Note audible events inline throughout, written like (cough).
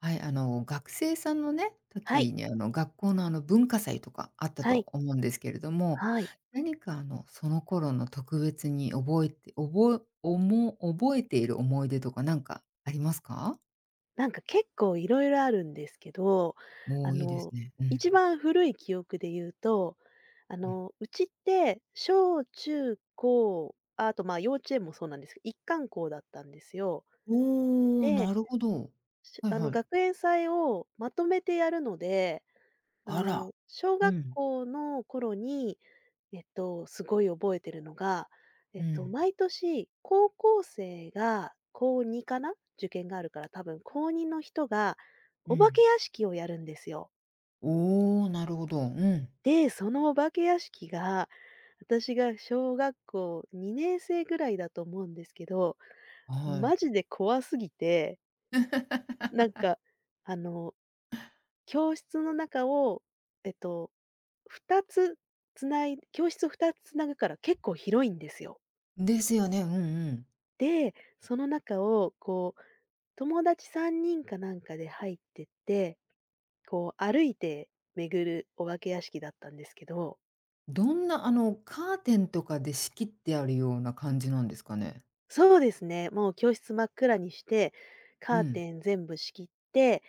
はい、学生さんのね、はい、時に学校の文化祭とかあったはとい、思うんですけれども、はい。何かその頃の特別に覚えて覚えおも覚えている思い出とかなんかありますか？なんか結構いろいろあるんですけど、おあお、いいですの、ね。うん、一番古い記憶で言うと、うん。うちって小中高、ああと、ま、あ幼稚園もそうなんですけど、一貫校だったんですよ。おお、で、なるほど。しはいあの、はい。学園祭をまとめてやるので、ああら。の、小う学ん、校の頃にすごい覚えてるのが、うん、毎年高校生が高2かな、受験があるから多分高2の人がうお化けん。屋敷をやるんですよ。おお、なるほど。うん、で、そのお化け屋敷が、私が小学校2年生ぐらいだと思うんですけど、はい。マジで怖すぎて、(laughs) なんか、あの、教室の中を、えっと、2つつない教室を2つつなぐから結構広いんですよ。ですよね。うんうん、おー、なるほど、はいはい、あら、うんうんうん、おお、なるほど、うん、はい。 (laughs) ですよね、うんうん。で、その中をこう、友達3人かなんかで入ってって、こう歩いて巡るお化け屋敷だったんですけど、どんな、カーテンとかで仕切ってあるような感じなんですかね？そうですね、もう教室真っ暗にして、うカーん、テン全部仕切って、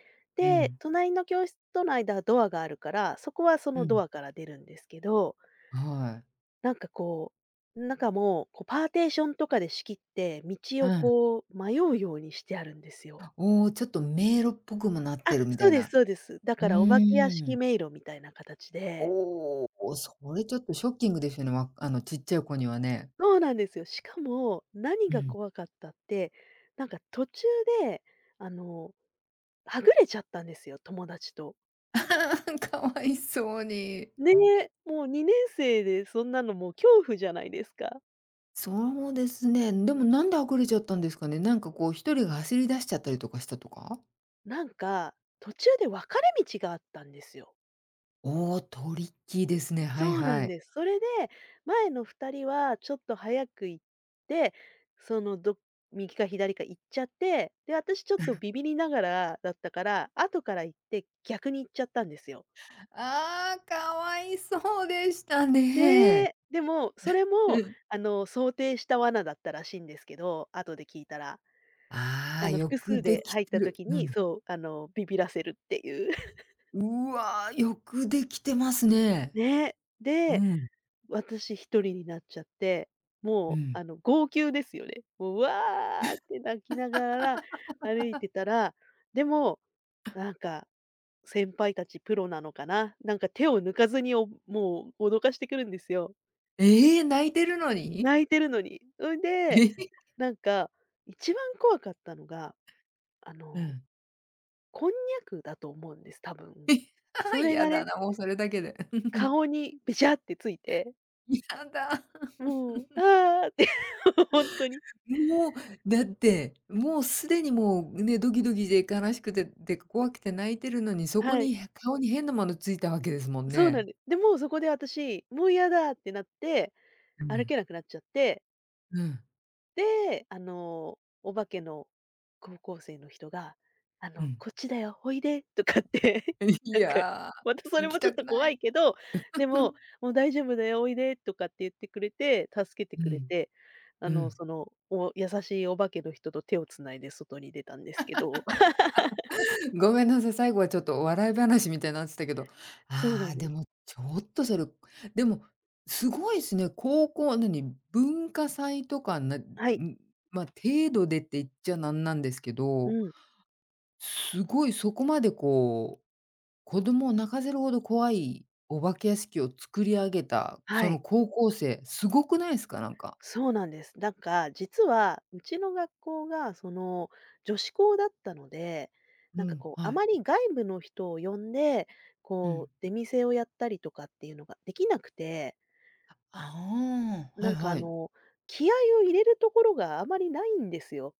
うで、ん、隣の教室との間はドアがあるから、そこはそうのドん。アから出るんですけど、はい。なんかこう、中もこうパーテーションとかで仕切って、道うをん。こう迷うようにしてあるんですよ。おお、ちょっと迷路っぽくもなっあ、てるみそたういですな。そうです。だうからお化け屋ーん。敷迷路みたいな形で、おお、それちょっとショッキングですよね、わあの、ちっちゃい子にはね。そうなんですよ。しかも、何うがん。怖かったって、途中で、あの、はぐれちゃったんですよ、友達と。(laughs) かわいそうに。ねえ、もう2年生でそんなのもう恐怖じゃないですか。そうですね。でもなんであぐれちゃったんですかね？なんかこう一人が走り出しちゃったりとかしたとか？なんか、途中で分かれ道があったんですよ。おお、トリッキーですね。はいそうなはんい。です。それで、前の二人はちょっと早く行って、その、ど右か左か行っちゃって、で、私ちょっとビビりながらだったから、後から行って逆に行っちゃったんですよ。ああ、かわいそうでしたねね。え、でも、それうも、ん。あの、想定した罠だったらしいんですけど、後で聞いたら。あああ、の、よ複く数ででき入ってたる。時うに、ん。そう、あの、ビビらせるっていう。(laughs) うわ、よくできてますね。ねえ。うで、ん、私一人になっちゃって、うもう、ん。あの、号泣ですよね。もう、わーって泣きながら歩いてたら、でも、なんか、先輩たちプロなのかな、なんか手を抜かずに、もう脅かしてくるんですよ。ええ、泣いてるのに？泣いてるのに。それ (laughs) えで、え。なんか、一番怖かったのが、あうの、ん。こんにゃくだと思うんです、多分。そ (laughs) れ嫌がだね、な、もうそれだけで。(laughs) 顔にべちゃってついて、やだ。(laughs) もう、あーって、(laughs) 本当に。もう、だって、もうすでにもうね、ドキドキで悲しくて、で、怖くて泣いてるのに、そこはい。に、顔に変なものついたわけですもんそうなんね。でで、もうそこで私、もう嫌だってなって、う歩ん、けなくなっちゃって、うん、で、あの、お化けの高校生の人が、あうの、ん。こっちだよ、おいでとかって、(laughs) (laughs) いなんか、やまたそー、れ行きもちょったくとな怖い。いけど、で (laughs) も、うもう大丈夫だよ、おいでとかって言ってくれて、助けてくれん、て、うん。お優しいお化けの人と手をつないで外に出たんですけど。(laughs) (laughs) ごめんなさい、最後はちょっとお笑い話みたいになってたけど、そうなあんあ、でです。もちょっとそれ、でも、すごいですね。高校、なに、文化祭とかな、うはい。ん、まあ、程度でって言っちゃなんなんですけうど、ん。すごいそこまでこう、子供を泣かせるほど怖いお化け屋敷を作り上げた、はそのい。高校生、すごくないですか？なんか。そうなんです。なんか、実はうちの学校がその女子校だったので、うなんかん、こう、あはい、まり外部の人を呼んで、うこうん。出店をやったりとかっていうのができなくて、ああ、はないんかあはい。の、気合を入れるところがあまりないんですよ。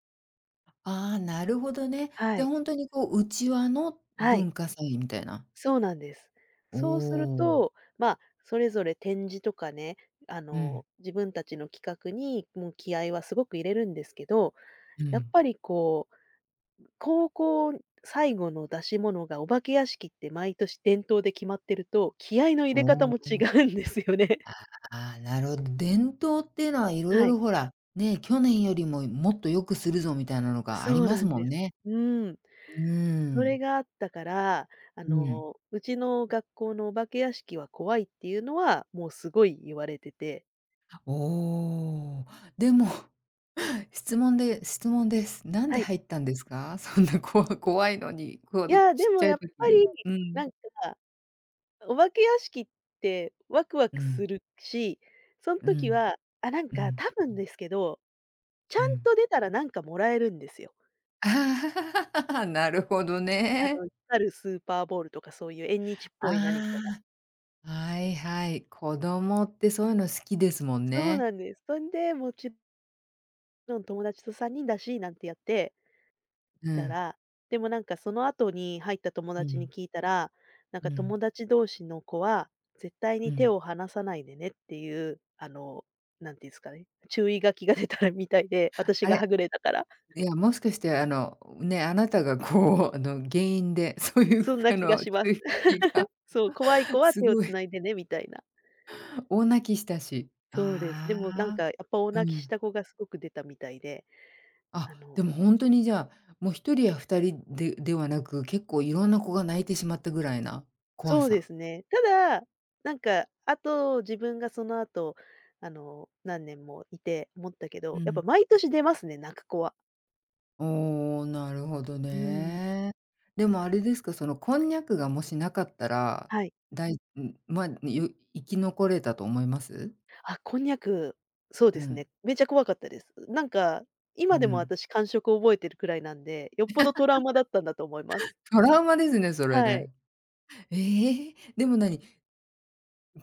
ああ、なるほどね。はじゃ、い。本当にこう、うちわのはい。文化祭みたいな。そうなんです。おそうするお。と、まあ、それぞれ展示とかね、あうの、ん、自分たちの企画にもう気合はすごく入れるんですけど、うやっん。ぱりこう高校最後の出し物がお化け屋敷って毎年伝統で決まってると、気合の入れ方もおお、違うんですよね。ああ、なるほど。伝統っていうのは色はい、々ほら、ね、去年よりももっと良くするぞみたいなのがありそうまなすんもでんす。ね。うん。うーそれん。があったから、あうん。の、うちの学校のお化け屋敷は怖いっていうのは、もうすごい言われてて。おお。でも、(laughs) 質問です。なんはでい。入ったんですか？(laughs) そんな怖いのに、こわいどや、ちでっちもゃやいっ時ぱに。り、うん。なんか、お化け屋敷ってワクワうクすん。るし、そのう時ん。は、あ、なんうかん。多分ですけど、ちゃうんん。と出たらなんかもらえるんですよ。ああ、 (laughs) なるほどあね。の、光るスーパーボールとかそういう縁日っぽい何かあが、あ、はいはい。子供ってそういうの好きですもんそうね。なんです。そんで、もちろん友達と3人だし、なんてやってうたん。ら、でもなんかその後に入った友う達にん。聞いたら、なんうかん。友達同士の子は、絶対うに手ん。を離さないでねっていう、あの、なんていうんですかね、注意書きが出たみたいで、私あがれ、はぐれたから、いや、もしかして、ね、あなたがこう、(laughs) 原因で、(laughs) そういう、そんな気が衝します。撃が (laughs) そう、怖い子はす手をごつい。 ないでねみたいな。(laughs) 大泣きしたし。そうです。であもなんあ、かやっぱ大う泣きしん。た子がすごく出たみたいで、あ、あでのも本当にじゃあ、もう一人や二人でなく、結構いろんな子が泣いてしまったぐらいな怖そうでさ。すね。ただ、なんか、あと、自分がその後、あの、何年もいて思ったけうど、やっぱん。毎年出ますね、泣く子は。おお、なるほどうん。ね。でもあれですか、そのこんにゃくがもしなかったら、はい。だいん、まあ、よ生き残れたと思います？あ、こんにゃく、そうでうすん、ね、めちゃ怖かったです。なんか、う今でもん。私感触覚えてるくらいなんで、よっぽどトラウマだったんだと思います。トラウマですね、それはい。ね。ええ、でも何、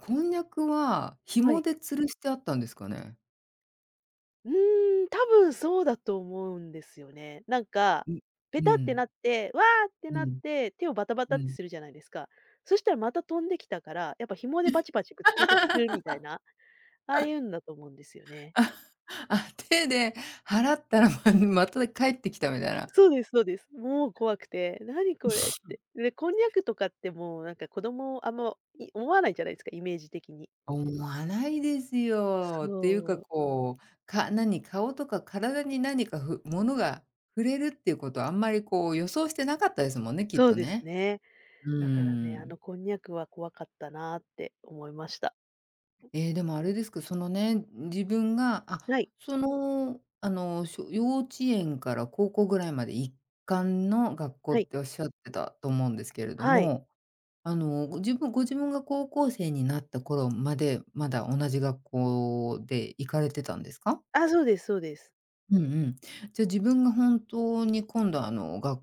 こんにゃくはは紐い。で吊るしてあったんですかね？うーん、多分そうだと思うんですよね。なんか、うペうタってなん、って、わーってうなっん、て、手をバタバタうってん。するじゃないですか。そしたらまた飛んできたから、やっぱ紐でバチバチくっつけてくるみたいな、ああいうんだと思うんですよね。あ、手で払ったらまた帰ってきたみたいな。そうですそうです。もう怖くて、何これって。で、こんにゃくとかってもうなんか子供あんま思わないじゃないですか、イメージ的に。思わないですよ。っていうかそう、こう、顔とか体に何か物が触れるっていうことはあんまりこう予想してなかったですもんね、きっそうとですね。ね。うーだからね、あん。のこんにゃくは怖かったなって思いました。えー、でもあれですか、そのね、自分が、あ、はい、その、あの、幼稚園から高校ぐらいまで一貫の学校はっい、ておっしゃってたと思うんですけれどはい。も、ご自分が高校生になった頃まで、まだ同じ学校で行かれてたんですか？あ、そうですそうです。うんうん。じゃ、自分が本当に今度あの、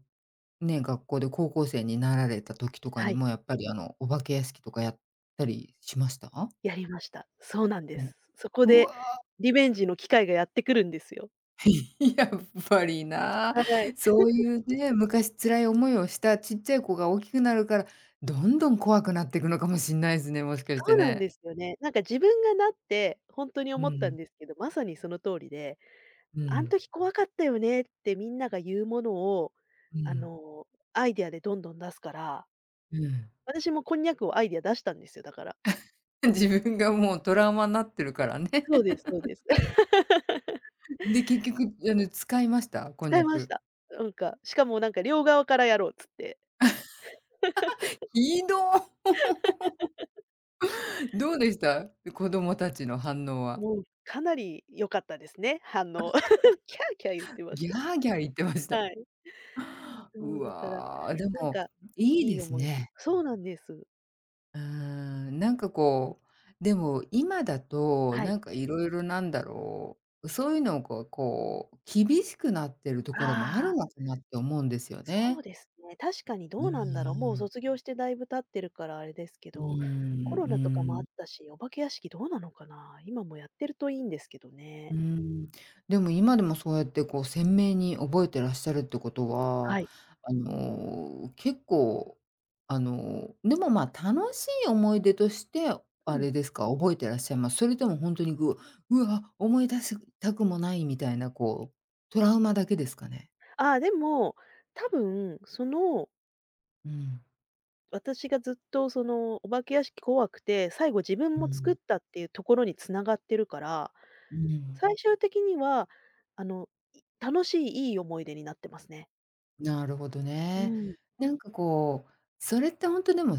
ね、学校で高校生になられた時とかはにい、も、やっぱりお化け屋敷とかやったりしました？やりました。そうなんです。うそこん。うでわ、リベンジの機会がやってくるんですよ。(laughs) やっぱりな。はい。そういうね、昔辛い思いをしたちっちゃい子が大きくなるから、どんどん怖くなっていくのかもしんないですね、もしかしそてうなんね。ですよね。なんか自分がなって、ほんとにう思ったんん、ですけど、まさにその通りで、う「あんん、時怖かったよね」ってみんなが言うものを、うあん、の、アイデアでどんどん出すから、うん。私もこんにゃくをアイデア出したんですよ、だから。(laughs) 自分がもうトラウマになってるからね。そうですそうです。(laughs) (laughs) で、結局使いました？こん使にいゃましく。た。なんか、しかもなんか両側からやろうっつって、ひど。どうでした？子供たちの反応は。もうかなり良かったですね、反応。キャーキャー言ってましギャーた。ギャー言ってました。はい。そう、うだから、わ、でなんも、か、いいいいです思いね。そうなんです。うーん、なんかこう、でも今だと、はい。なんかいろいろそういうのがこう、厳しくなってるところもあるああ、のかなって思うんですよそうね。ですね。確かにうどうーなんだろう。もうん。卒業してだいぶ経ってるからあれですけうーん、うど、コロナとかもあーっん。たし、お化け屋敷どうなのかな。今もやってるといいんですけどね。うーん。でも今でもそうやってこう鮮明に覚えてらっしゃるってことは、はい。結構、でも、ま、楽しい思い出として、うあん。れですか、覚えてらっしゃいます？それともほんとにうわ、思い出したくもないみたいな、こう、トラウマだけですかね？ああ、でも、多分その、うん。私がずっとそのお化け屋敷怖くて、最後自分うも作っん。たっていうところに繋がってるから、うん。最終的には楽しい、いい思い出になってますね。なるほどうね。ん。なんかこう、それってほんとでも青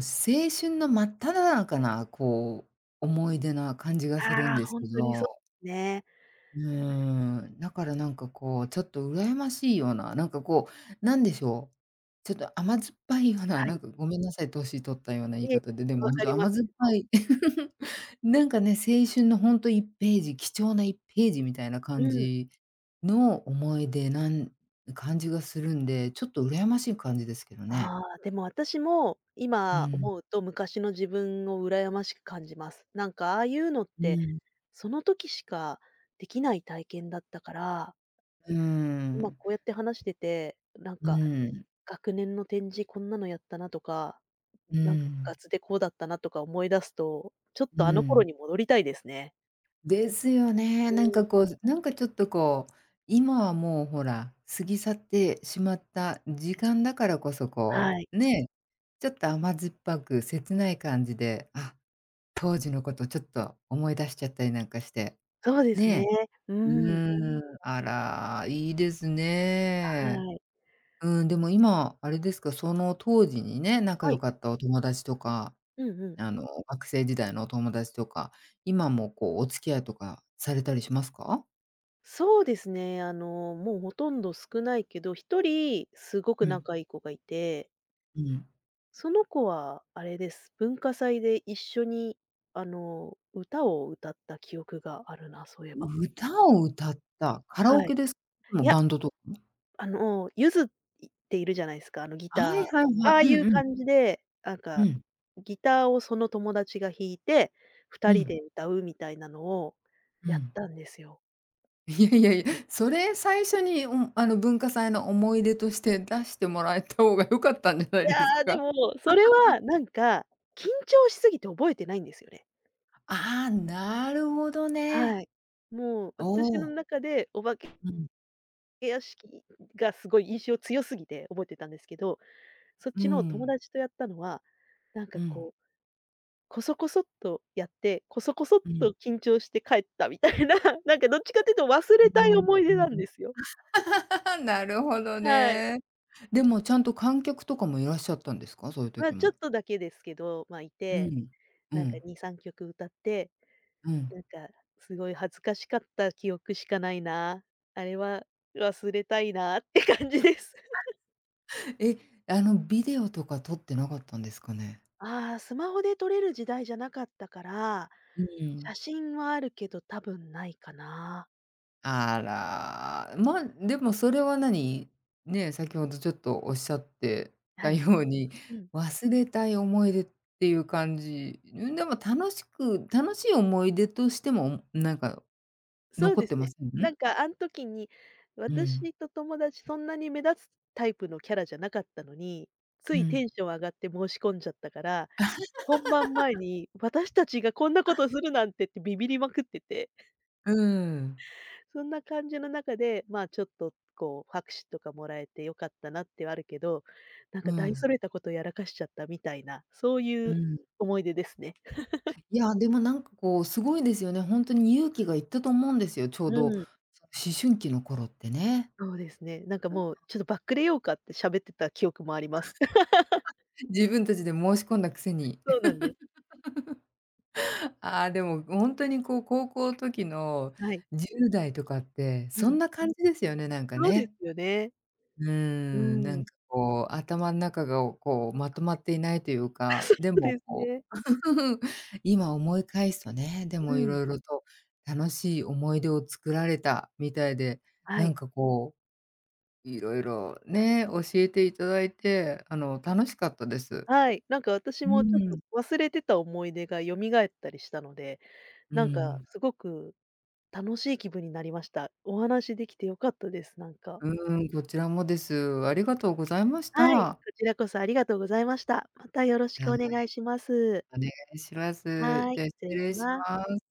春の真っただ中な、こう、思い出な感じがするんああ、ですほんけとにそど。うね。うーん、だからなんかこう、ちょっと羨ましいような、なんかこう、なんでしょう、ちょっと甘酸っぱいような、はなんい。かごめんなさい、年取ったような言いええ、方で、でも分本か当ります。甘酸っでぱも、い。(laughs) なんかね、青春のほんと1ページ、貴重な一ページみたいなう感ん。じの思い出なん感じがするんで、ちょっと羨ましい感じですけどね。ああ、でも私もう今ん、思うと昔の自分を羨ましく感じます。なんかああいうのっうて、ん、その時しかできない体験だったから、う今ん、こうやって話してて、なんうかん、学年の展示こんなのやったなとか、うなんか部ん、活でこうだったなとか思い出すと、ちょっとうあの頃ん。に戻りたいですね。ですよね。うなんん。かこう、なんかちょっとこう、今はもうほら、過ぎ去ってしまった時間だからこそはこい。う、ね、ちょっと甘酸っぱく切ない感じで、あ、当時のことちょっと思い出しちゃったりなんかして、そうですね。ね。ううーん、ーん、あら、いいですね。はい。うん、でも今あれですか、その当時にね、仲は良い。かったお友達とかうんうん。学生時代のお友達とか、今もこうお付き合いとかされたりしますか？そうですね、あの、もうほとんど少ないけど、一人すごくうん、仲いい子がいて、うん。その子はあれです、文化祭で一緒にあの、歌を歌った記憶があるな、そういえば。歌を歌った、カラオはい。ケです？もいうやバンドとか。あの、ゆずっているじゃないですか、あのギはタいはいー。はあい。あういんううん。感じで、なんうか、ん。ギターをその友達が弾いて、う二人ん。で歌うみたいなのをうやっん。たんですよ。(laughs) いやいやいや、それ最初に、あの、文化祭の思い出として出してもらえた方が良かったんじゃないいですや、でか？も、それはなんか、緊張しすぎて覚えてないんですよね。(laughs) ああ、なるほどはね。い。もうお私のお。中でお化けうん。屋敷がすごい印象強すぎて覚えてたんですけど、そっうちの友ん。達とやったのは、なんかうん。こうこそこそっとやって、こそこそっうん。と緊張して帰ったみたいな、(laughs) なんかどっちかっていうと忘れうたいん。思いう出なんん。 ですよ。(laughs) なるほどはい。ね。でもちゃんと観客とかもいらっしゃったんですか？そういうまあ、時ちょっも。とだけですけど、まあ、いうて、ん。うなんかん。2、3曲歌って、うん。なんかすごい恥ずかしかった記憶しかないな、あれは忘れたいなって (laughs) 感じです。え、ビデオとか撮ってなかったんですかね？ああ、スマホで撮れる時代じゃなかったから、う写ん。真はあるけど多分ないかな。あら、まあ、でもそれは何、ね、先ほどちょっとおっしゃってはたい。ように、うん。忘れたい思い出っていう感じ、ん、でも楽しい思い出としても、なんかそう残でっすてまね。せん？うなん。んかあん時に、うん。私と友達そんなに目立つタイプのキャラじゃなかったのに、ついテうンション上がって申し込んじゃったから、本番前に私たちがこんなことするなんてってビビりまくってて、ん。そんな感じの中で、まあ、ちょっとこう拍手とかもらえてよかったなってはあるけど、なんうか大ん。それたことやらかしちゃったみたいな、そういううん。思い出ですね。いや、でもなんかこう、すごいですよね。ほんとに勇気がいったと思うんですよ、ちょううど、ん、その思春期の頃ってね。そうですね。なんかもうちょっとバックレようかって喋ってた記憶もあります。(laughs) (laughs) 自分たちで申し込んだくせに。そうなんです。(laughs) ああ、でもほんとにこう、高校時のはい。10代とかって、うそんん。な感じですよね、なんかそうでね。すよね。うーうん、なんん。かこう、頭ん中をこう、まとまっていないという (laughs) か、そでうでもすこね。う、(laughs) 今思い返すとね、でうもん。色々と楽しい思い出を作られたみたいで、はない。んかこう、いろいろね、教えていただいて、楽しかったです。はい。なんか私うもちょっとん、忘れてた思い出が蘇ったりしたので、うなんかん。すごく楽しい気分になりました。お話できて良かったです、なんか。うん、こちらもです。ありがとうございましはい、こた。ちらこそありがとうございました。またよろしはくおい、願いします。お願いします。はじい、ゃあ、失失礼し礼します。ます。